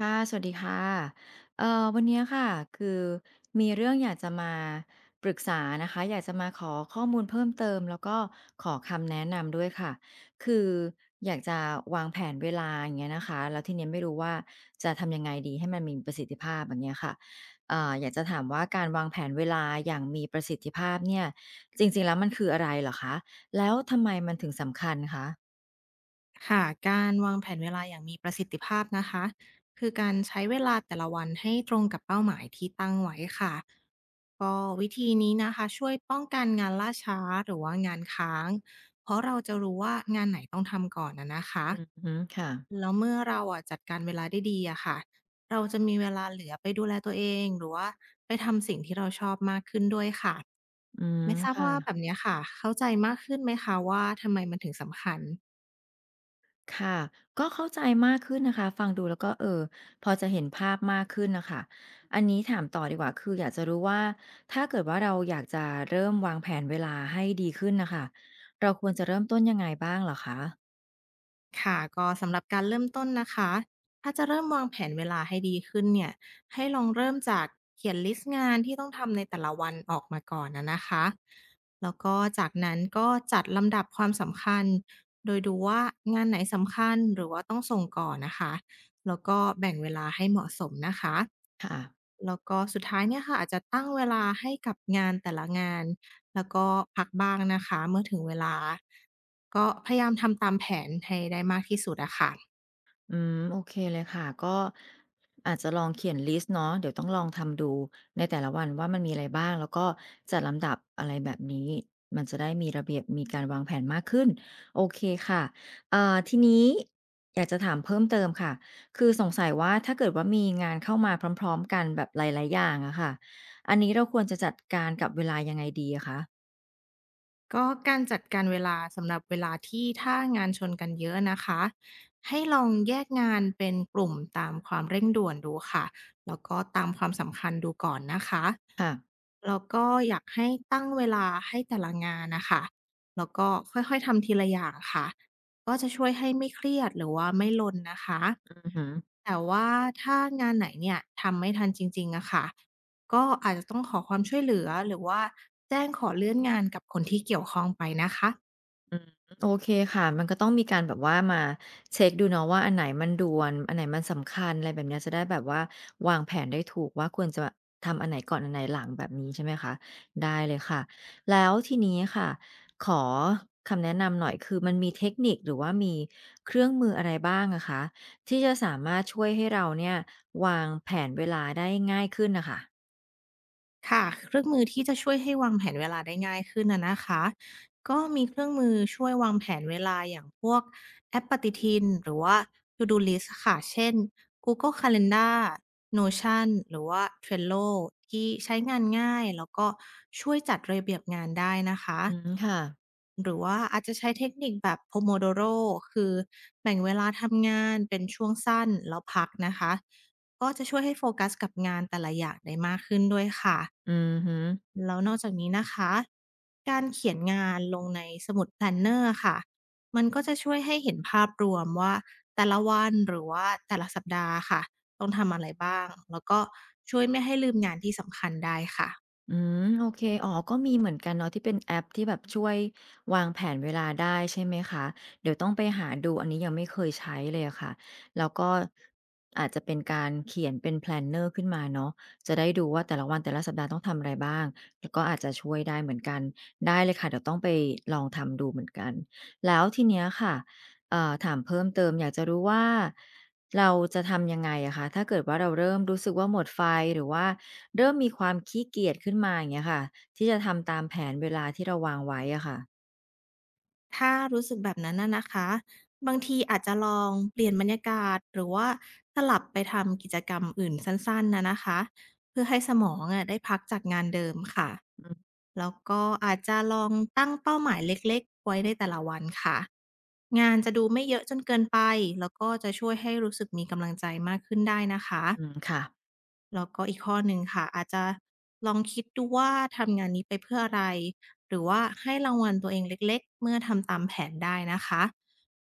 ค่ะสวัสดีค่ะวันเนี้ยค่ะคือมีเรื่องอยากจะมาปรึกษานะคะอยากจะมาขอข้อมูลเพิ่มเติมแล้วก็ขอคำแนะนำด้วยค่ะคืออยากจะวางแผนเวลาอย่างเงี้ยนะคะแล้วทีเนี้ยไม่รู้ว่าจะทำยังไงดีให้มันมีประสิทธิภาพอย่างเงี้ยค่ะอยากจะถามว่าการวางแผนเวลาอย่างมีประสิทธิภาพเนี่ยจริงๆแล้วมันคืออะไรเหรอคะแล้วทำไมมันถึงสำคัญคะค่ะการวางแผนเวลาอย่างมีประสิทธิภาพนะคะคือการใช้เวลาแต่ละวันให้ตรงกับเป้าหมายที่ตั้งไว้ค่ะก็วิธีนี้นะคะช่วยป้องกันงานล่าช้าหรือว่างานค้างเพราะเราจะรู้ว่างานไหนต้องทำก่อนนะคะอือฮึค่ะแล้วเมื่อเราอ่ะจัดการเวลาได้ดีอะค่ะเราจะมีเวลาเหลือไปดูแลตัวเองหรือว่าไปทำสิ่งที่เราชอบมากขึ้นด้วยค่ะอืมไม่ทราบค่ะ ว่าแบบเนี้ยค่ะเข้าใจมากขึ้นไหมคะว่าทำไมมันถึงสำคัญ ค่ะ ก็เข้าใจมากขึ้นนะคะ ฟังดูแล้วก็เออ พอจะเห็นภาพมากขึ้นน่ะค่ะอันนี้ถามต่อดีกว่าคืออยากจะรู้ว่า ถ้าเกิดว่าเราอยากจะเริ่มวางแผนเวลาให้ดีขึ้นน่ะค่ะเราควรจะเริ่มต้นยังไงบ้างเหรอคะค่ะก็สำหรับการเริ่มต้นนะคะถ้าจะเริ่มวางแผนเวลาให้ดีขึ้นเนี่ยให้ลองเริ่มจากเขียนลิสต์งานที่ต้องทำในแต่ละวันออกมาก่อนนะคะแล้วก็จากนั้นก็จัดลำดับความสำคัญโดยดูว่างานไหนสำคัญหรือว่าต้องส่งก่อนนะคะแล้วก็แบ่งเวลาให้เหมาะสมนะคะ ค่ะ แล้วก็สุดท้ายเนี่ยค่ะอาจจะตั้งเวลาให้กับงานแต่ละงานแล้วก็พักบ้างนะคะเมื่อถึงเวลาก็พยายามทำตามแผนให้ได้มากที่สุดอะค่ะอืมโอเคเลยค่ะก็อาจจะลองเขียนลิสต์เนาะเดี๋ยวต้องลองทำดูในแต่ละวันว่ามันมีอะไรบ้างแล้วก็จัดลำดับอะไรแบบนี้มันจะได้มีระเบียบมีการวางแผนมากขึ้นโอเคค่ะทีนี้อยากจะถามเพิ่มเติมค่ะคือสงสัยว่าถ้าเกิดว่ามีงานเข้ามาพร้อมๆกันแบบหลายๆอย่างอะค่ะอันนี้เราควรจะจัดการกับเวลายังไงดีอะคะก็การจัดการเวลาสำหรับเวลาที่ถ้างานชนกันเยอะนะคะให้ลองแยกงานเป็นกลุ่มตามความเร่งด่วนดูค่ะแล้วก็ตามความสำคัญดูก่อนนะคะ ค่ะแล้วก็อยากให้ตั้งเวลาให้แต่ละงานน่ะคะแล้วก็ค่อยๆทำทีละอย่างค่ะก็จะช่วยให้ไม่เครียดหรือว่าไม่ลนนะคะอือหือ แต่ว่าถ้างานไหนเนี่ยทำไม่ทันจริงๆอะค่ะก็อาจจะต้องขอความช่วยเหลือหรือว่าแจ้งขอเลื่อนงานกับคนที่เกี่ยวข้องไปนะคะ อืมโอเคค่ะ มันก็ต้องมีการแบบว่ามาเช็กดูเนาะว่าอันไหนมันด่วนอันไหนมันสำคัญอะไรแบบเนี้ยจะได้แบบว่าวางแผนได้ถูกว่าควรจะทำอันไหนก่อนอันไหนหลังแบบนี้ใช่ไหมคะได้เลยค่ะแล้วทีนี้ค่ะขอคำแนะนำหน่อยคือมันมีเทคนิคหรือว่ามีเครื่องมืออะไรบ้างอะคะที่จะสามารถช่วยให้เราเนี่ยวางแผนเวลาได้ง่ายขึ้นน่ะค่ะค่ะเครื่องมือที่จะช่วยให้วางแผนเวลาได้ง่ายขึ้นนะคะก็มีเครื่องมือช่วยวางแผนเวลาอย่างพวกแอปปฏิทินหรือว่า To Do List ค่ะเช่น Google Calendar Notion หรือว่า Trello ทรลโลที่ใช้งานง่ายแล้วก็ช่วยจัดระเบียบงานได้นะคะอืมค่ะหรือว่าอาจจะใช้เทคนิคแบบ Pomodoro คือแบ่งเวลาทำงานเป็นช่วงสั้นแล้วพักนะคะก็จะช่วยให้โฟกัสกับงานแต่ละอย่างได้มากขึ้นด้วยค่ะ อือฮึ แล้วนอกจากนี้นะคะ การเขียนงานลงในสมุด Planner อร์ค่ะ มันก็จะช่วยให้เห็นภาพรวมว่าแต่ละวันหรือว่าแต่ละสัปดาห์ค่ะต้องทำอะไรบ้างแล้วก็ช่วยไม่ให้ลืมงานที่สำคัญได้ค่ะ อืมโอเคอ๋อก็มีเหมือนกันเนาะที่เป็นแอปที่แบบช่วยวางแผนเวลาได้ใช่ไหมคะเดี๋ยวต้องไปหาดูอันนี้ยังไม่เคยใช้เลยอะค่ะแล้วก็อาจจะเป็นการเขียนเป็นแพลนเนอร์ขึ้นมาเนาะจะได้ดูว่าแต่ละวันแต่ละสัปดาห์ต้องทำอะไรบ้างแล้วก็อาจจะช่วยได้เหมือนกันได้เลยค่ะเดี๋ยวต้องไปลองทำดูเหมือนกันแล้วทีเนี้ยค่ะถามเพิ่มเติมอยากจะรู้ว่าเราจะทำยังไงอะคะถ้าเกิดว่าเราเริ่มรู้สึกว่าหมดไฟหรือว่า เริ่มมีความขี้เกียจขึ้นมาอย่างเงี้ยค่ะที่จะทำตามแผนเวลาที่เราวางไว้อะค่ะถ้ารู้สึกแบบนั้นน่ะนะคะบางทีอาจจะลองเปลี่ยนบรรยากาศหรือว่าสลับไปทำกิจกรรมอื่นสั้นๆนะคะเพื่อให้สมองอะได้พักจากงานเดิมค่ะแล้วก็อาจจะลองตั้งเป้าหมายเล็กๆไว้ในแต่ละวันค่ะงานจะดูไม่เยอะจนเกินไปแล้วก็จะช่วยให้รู้สึกมีกำลังใจมากขึ้นได้นะคะ อืมค่ะแล้วก็อีกข้อหนึ่งค่ะอาจจะลองคิดดูว่าทำงานนี้ไปเพื่ออะไรหรือว่าให้รางวัลตัวเองเล็กๆเมื่อทำตามแผนได้นะคะ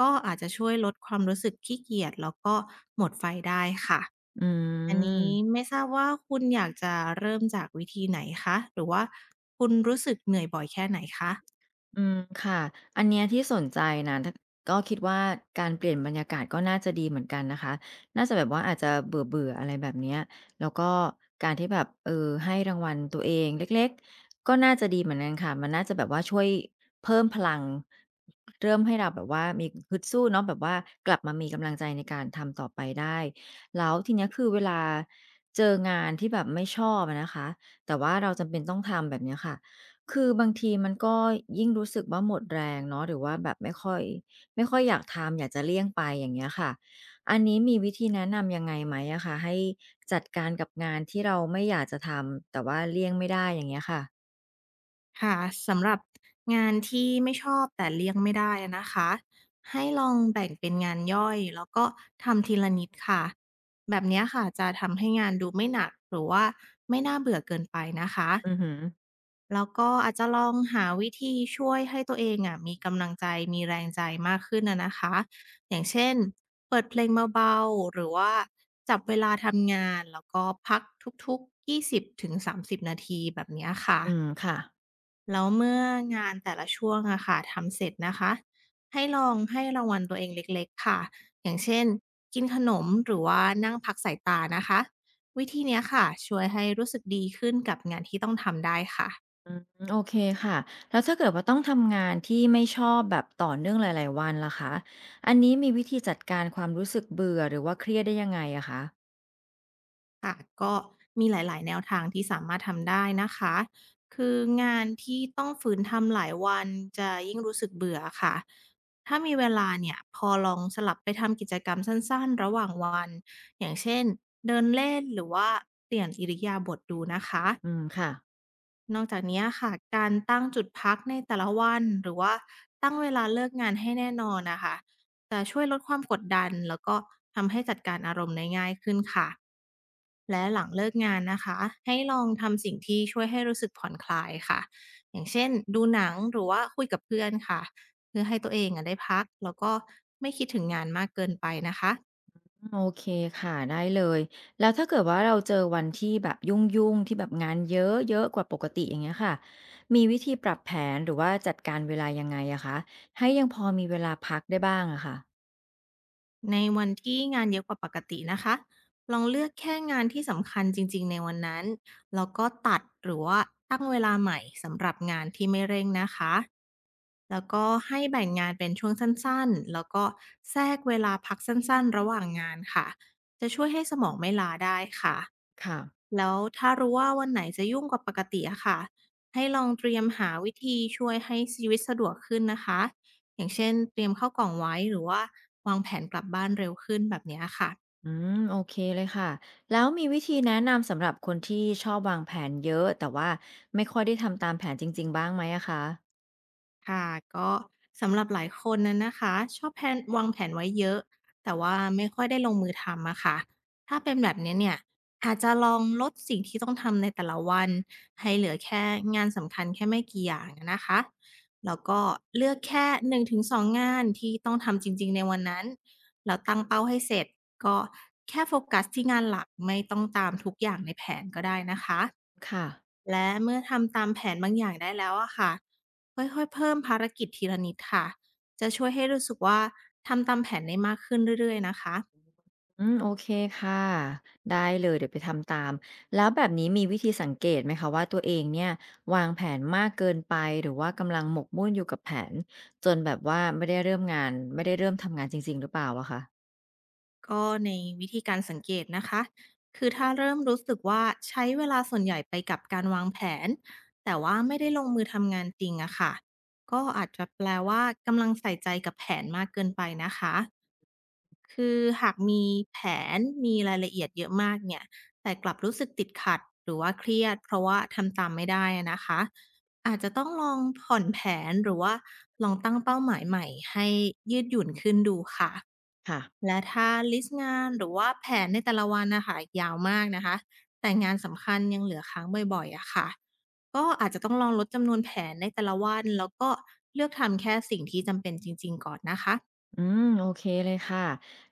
ก็อาจจะช่วยลดความรู้สึกขี้เกียจแล้วก็หมดไฟได้ค่ะอือันนี้ม ไม่ทราบว่าคุณอยากจะเริ่มจากวิธีไหนคะหรือว่าคุณรู้สึกเหนื่อยบ่อยแค่ไหนคะ อืมค่ะอันเนี้ยที่สนใจนะถ้าก็คิดว่าการเปลี่ยนบรรยากาศก็น่าจะดีเหมือนกันนะคะน่าจะแบบว่าอาจจะเบื่อๆออะไรแบบเนี้ยแล้วก็การที่แบบเออให้รางวัลตัวเองเล็กๆก็น่าจะดีเหมือนกันค่ะมันน่าจะแบบว่าช่วยเพิ่มพลังเริ่มให้เราแบบว่ามีฮึดสู้เนาะแบบว่ากลับมามีกำลังใจในการทำต่อไปได้แล้วทีเนี้ยคือเวลาเจองานที่แบบไม่ชอบอะนะคะแต่ว่าเราจำเป็นต้องทำแบบเนี้ยค่ะ คือบางทีมันก็ยิ่งรู้สึกว่าหมดแรงเนาะหรือว่าแบบไม่ค่อยอยากทำอยากจะเลี่ยงไปอย่างเงี้ยค่ะอันนี้มีวิธีแนะนำยังไงไหมอะคะให้จัดการกับงานที่เราไม่อยากจะทำแต่ว่าเลี่ยงไม่ได้อย่างเงี้ยค่ะค่ะสำหรับงานที่ไม่ชอบแต่เลี่ยงไม่ได้นะคะให้ลองแบ่งเป็นงานย่อยแล้วก็ทำทีละนิดค่ะแบบเนี้ยค่ะจะทำให้งานดูไม่หนักหรือว่าไม่น่าเบื่อเกินไปนะคะอือฮึแล้วก็อาจจะลองหาวิธีช่วยให้ตัวเองอ่ะมีกำลังใจมีแรงใจมากขึ้นนะคะอย่างเช่นเปิดเพลงเบาๆหรือว่าจับเวลาทำงานแล้วก็พักทุกๆ20 ถึง 30 นาทีแบบเนี้ยค่ะ อืมค่ะแล้วเมื่องานแต่ละช่วงอะค่ะทำเสร็จนะคะให้ลองให้รางวัลตัวเองเล็กๆค่ะอย่างเช่นกินขนมหรือว่านั่งพักสายตานะคะวิธีเนี้ยค่ะช่วยให้รู้สึกดีขึ้นกับงานที่ต้องทำได้ค่ะ อืมโอเคค่ะแล้วถ้าเกิดว่าต้องทำงานที่ไม่ชอบแบบต่อเนื่องหลายๆวันล่ะคะอันนี้มีวิธีจัดการความรู้สึกเบื่อหรือว่าเครียดได้ยังไงอะคะค่ะก็มีหลายๆแนวทางที่สามารถทำได้นะคะคืองานที่ต้องฝืนทำหลายวันจะยิ่งรู้สึกเบื่อค่ะถ้ามีเวลาเนี่ยพอลองสลับไปทำกิจกรรมสั้นๆระหว่างวันอย่างเช่นเดินเล่นหรือว่าเปลี่ยนอิริยาบถดูนะคะอืมค่ะ นอกจากนี้ค่ะการตั้งจุดพักในแต่ละวันหรือว่าตั้งเวลาเลิกงานให้แน่นอนน่ะค่ะจะช่วยลดความกดดันแล้วก็ทำให้จัดการอารมณ์ได้ง่ายขึ้นค่ะ และหลังเลิกงานนะคะให้ลองทำสิ่งที่ช่วยให้รู้สึกผ่อนคลายค่ะอย่างเช่นดูหนังหรือว่าคุยกับเพื่อนค่ะเพื่อให้ตัวเองอะได้พักแล้วก็ไม่คิดถึงงานมากเกินไปนะคะโอเคค่ะได้เลยแล้วถ้าเกิดว่าเราเจอวันที่แบบยุ่งๆที่แบบงานเยอะๆกว่าปกติอย่างเงี้ยค่ะมีวิธีปรับแผนหรือว่าจัดการเวลายังไงอะคะให้ยังพอมีเวลาพักได้บ้างอะค่ะในวันที่งานเยอะกว่าปกตินะคะลองเลือกแค่งานที่สำคัญจริงๆในวันนั้นแล้วก็ตัดหรือว่าตั้งเวลาใหม่สำหรับงานที่ไม่เร่งนะคะ แล้วก็ให้แบ่งงานเป็นช่วงสั้นๆ แล้วก็แทรกเวลาพักสั้นๆระหว่างงานค่ะ จะช่วยให้สมองไม่ล้าได้ค่ะ ค่ะแล้วถ้ารู้ว่าวันไหนจะยุ่งกว่าปกติอะค่ะ ให้ลองเตรียมหาวิธีช่วยให้ชีวิตสะดวกขึ้นนะคะอย่างเช่นเตรียมเข้ากล่องไว้หรือว่าวางแผนกลับบ้านเร็วขึ้นแบบเนี้ยค่ะ อืมโอเคเลยค่ะแล้วมีวิธีแนะนำสำหรับคนที่ชอบวางแผนเยอะแต่ว่าไม่ค่อยได้ทำตามแผนจริงๆบ้างไหมอะคะค่ะก็สำหรับหลายคนนั้นนะคะชอบแผนวางแผนไว้เยอะแต่ว่าไม่ค่อยได้ลงมือทำอะค่ะถ้าเป็นแบบนี้เนี่ยอาจจะลองลดสิ่งที่ต้องทำในแต่ละวันให้เหลือแค่งานสำคัญแค่ไม่กี่อย่างนะคะแล้วก็เลือกแค่1-2งถึงสองงานที่ต้องทำจริงๆในวันนั้นแล้วตั้งเป้าให้เสร็จก็แค่โฟกัสที่งานหลักไม่ต้องตามทุกอย่างในแผนก็ได้นะคะ ค่ะ และเมื่อทำตามแผนบางอย่างได้แล้วอะค่ะค่อยๆเพิ่มภารกิจทีละนิดค่ะจะช่วยให้รู้สึกว่าทำตามแผนได้มากขึ้นเรื่อยๆนะคะอืมโอเคค่ะได้เลยเดี๋ยวไปทำตามแล้วแบบนี้มีวิธีสังเกตไหมคะว่าตัวเองเนี่ยวางแผนมากเกินไปหรือว่ากำลังหมกมุ่นอยู่กับแผนจนแบบว่าไม่ได้เริ่มงานไม่ได้เริ่มทำงานจริงๆหรือเปล่าอะคะก็ในวิธีการสังเกตนะคะคือถ้าเริ่มรู้สึกว่าใช้เวลาส่วนใหญ่ไปกับการวางแผนแต่ว่าไม่ได้ลงมือทำงานจริงอะค่ะก็อาจจะแปลว่ากำลังใส่ใจกับแผนมากเกินไปนะคะ คือหากมีแผนมีรายละเอียดเยอะมากเนี่ยแต่กลับรู้สึกติดขัดหรือว่าเครียดเพราะว่าทำตามไม่ได้อะนะคะอาจจะต้องลองผ่อนแผนหรือว่าลองตั้งเป้าหมายใหม่ให้ยืดหยุ่นขึ้นดูค่ะค่ะ และถ้าลิสต์งานหรือว่าแผนในแต่ละวันนะคะยาวมากนะคะแต่งานสำคัญยังเหลือค้างบ่อยๆอะค่ะก็อาจจะต้องลองลดจำนวนแผนในแต่ละวันแล้วก็เลือกทำแค่สิ่งที่จำเป็นจริงๆก่อนนะคะ อืมโอเคเลยค่ะ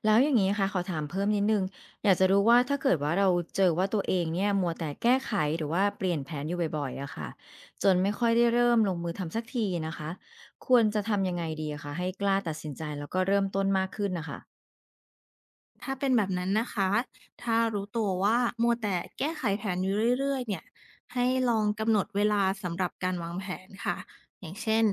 แล้วอย่างนี้ค่ะขอถามเพิ่มนิดนึงอยากจะรู้ว่าถ้าเกิดว่าเราเจอว่าตัวเองเนี่ยมัวแต่แก้ไขหรือว่าเปลี่ยนแผนอยู่บ่อยๆอะค่ะจนไม่ค่อยได้เริ่มลงมือทำสักทีนะคะควรจะทำยังไงดีอะคะให้กล้าตัดสินใจแล้วก็เริ่มต้นมากขึ้นนะคะถ้าเป็นแบบนั้นนะคะ ถ้ารู้ตัวว่ามัวแต่แก้ไขแผนอยู่เรื่อยๆเนี่ยให้ลองกำหนดเวลาสำหรับการวางแผนค่ะ อย่างเช่น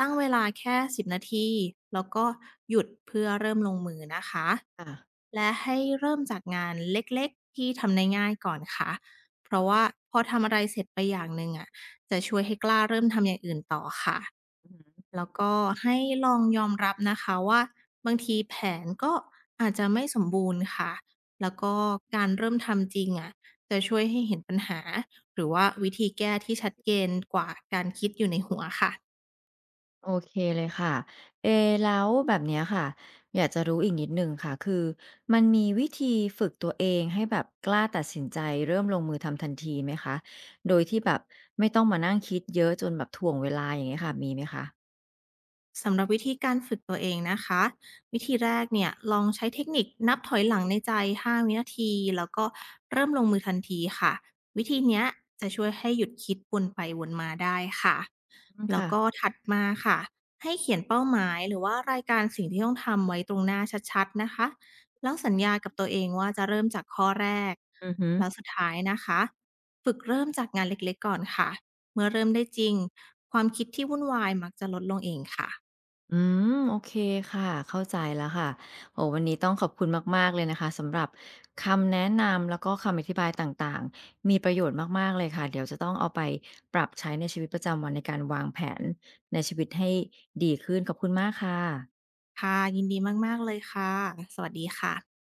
ตั้งเวลาแค่10นาที แล้วก็หยุดเพื่อเริ่มลงมือนะคะ ค่ะ และให้เริ่มจากงานเล็กๆ ที่ทำได้ง่ายก่อนค่ะเพราะว่าพอทำอะไรเสร็จไปอย่างหนึ่งอ่ะจะช่วยให้กล้าเริ่มทำอย่างอื่นต่อค่ะ แล้วก็ให้ลองยอมรับนะคะว่าบางทีแผนก็อาจจะไม่สมบูรณ์ค่ะแล้วก็การเริ่มทำจริงอะจะช่วยให้เห็นปัญหาหรือว่าวิธีแก้ที่ชัดเจนกว่าการคิดอยู่ในหัวค่ะ โอเคเลยค่ะเอแล้วแบบเนี้ยค่ะอยากจะรู้อีกนิดหนึ่งค่ะคือมันมีวิธีฝึกตัวเองให้แบบกล้าตัดสินใจเริ่มลงมือทำทันทีไหมคะโดยที่แบบไม่ต้องมานั่งคิดเยอะจนแบบถ่วงเวลาอย่างเงี้ยค่ะมีไหมคะสำหรับวิธีการฝึกตัวเองนะคะวิธีแรกเนี่ยลองใช้เทคนิคนับถอยหลังในใจ5วินาทีแล้วก็เริ่มลงมือทันทีค่ะวิธีเนี้ยจะช่วยให้หยุดคิดวนไปวนมาได้ค่ะอืมแล้วค่ะก็ถัดมาค่ะให้เขียนเป้าหมายหรือว่ารายการสิ่งที่ต้องทำไว้ตรงหน้าชัดๆนะคะแล้วสัญญากับตัวเองว่าจะเริ่มจากข้อแรกอือฮึ แล้วสุดท้ายนะคะฝึกเริ่มจากงานเล็กๆก่อนค่ะเมื่อเริ่มได้จริงความคิดที่วุ่นวายมักจะลดลงเองค่ะ อืมโอเคค่ะเข้าใจแล้วค่ะโอ้วันนี้ต้องขอบคุณมากๆเลยนะคะสำหรับคำแนะนำแล้วก็คำอธิบายต่างๆมีประโยชน์มากๆเลยค่ะเดี๋ยวจะต้องเอาไปปรับใช้ในชีวิตประจำวันในการวางแผนในชีวิตให้ดีขึ้นขอบคุณมากค่ะค่ะยินดีมากๆเลยค่ะสวัสดีค่ะ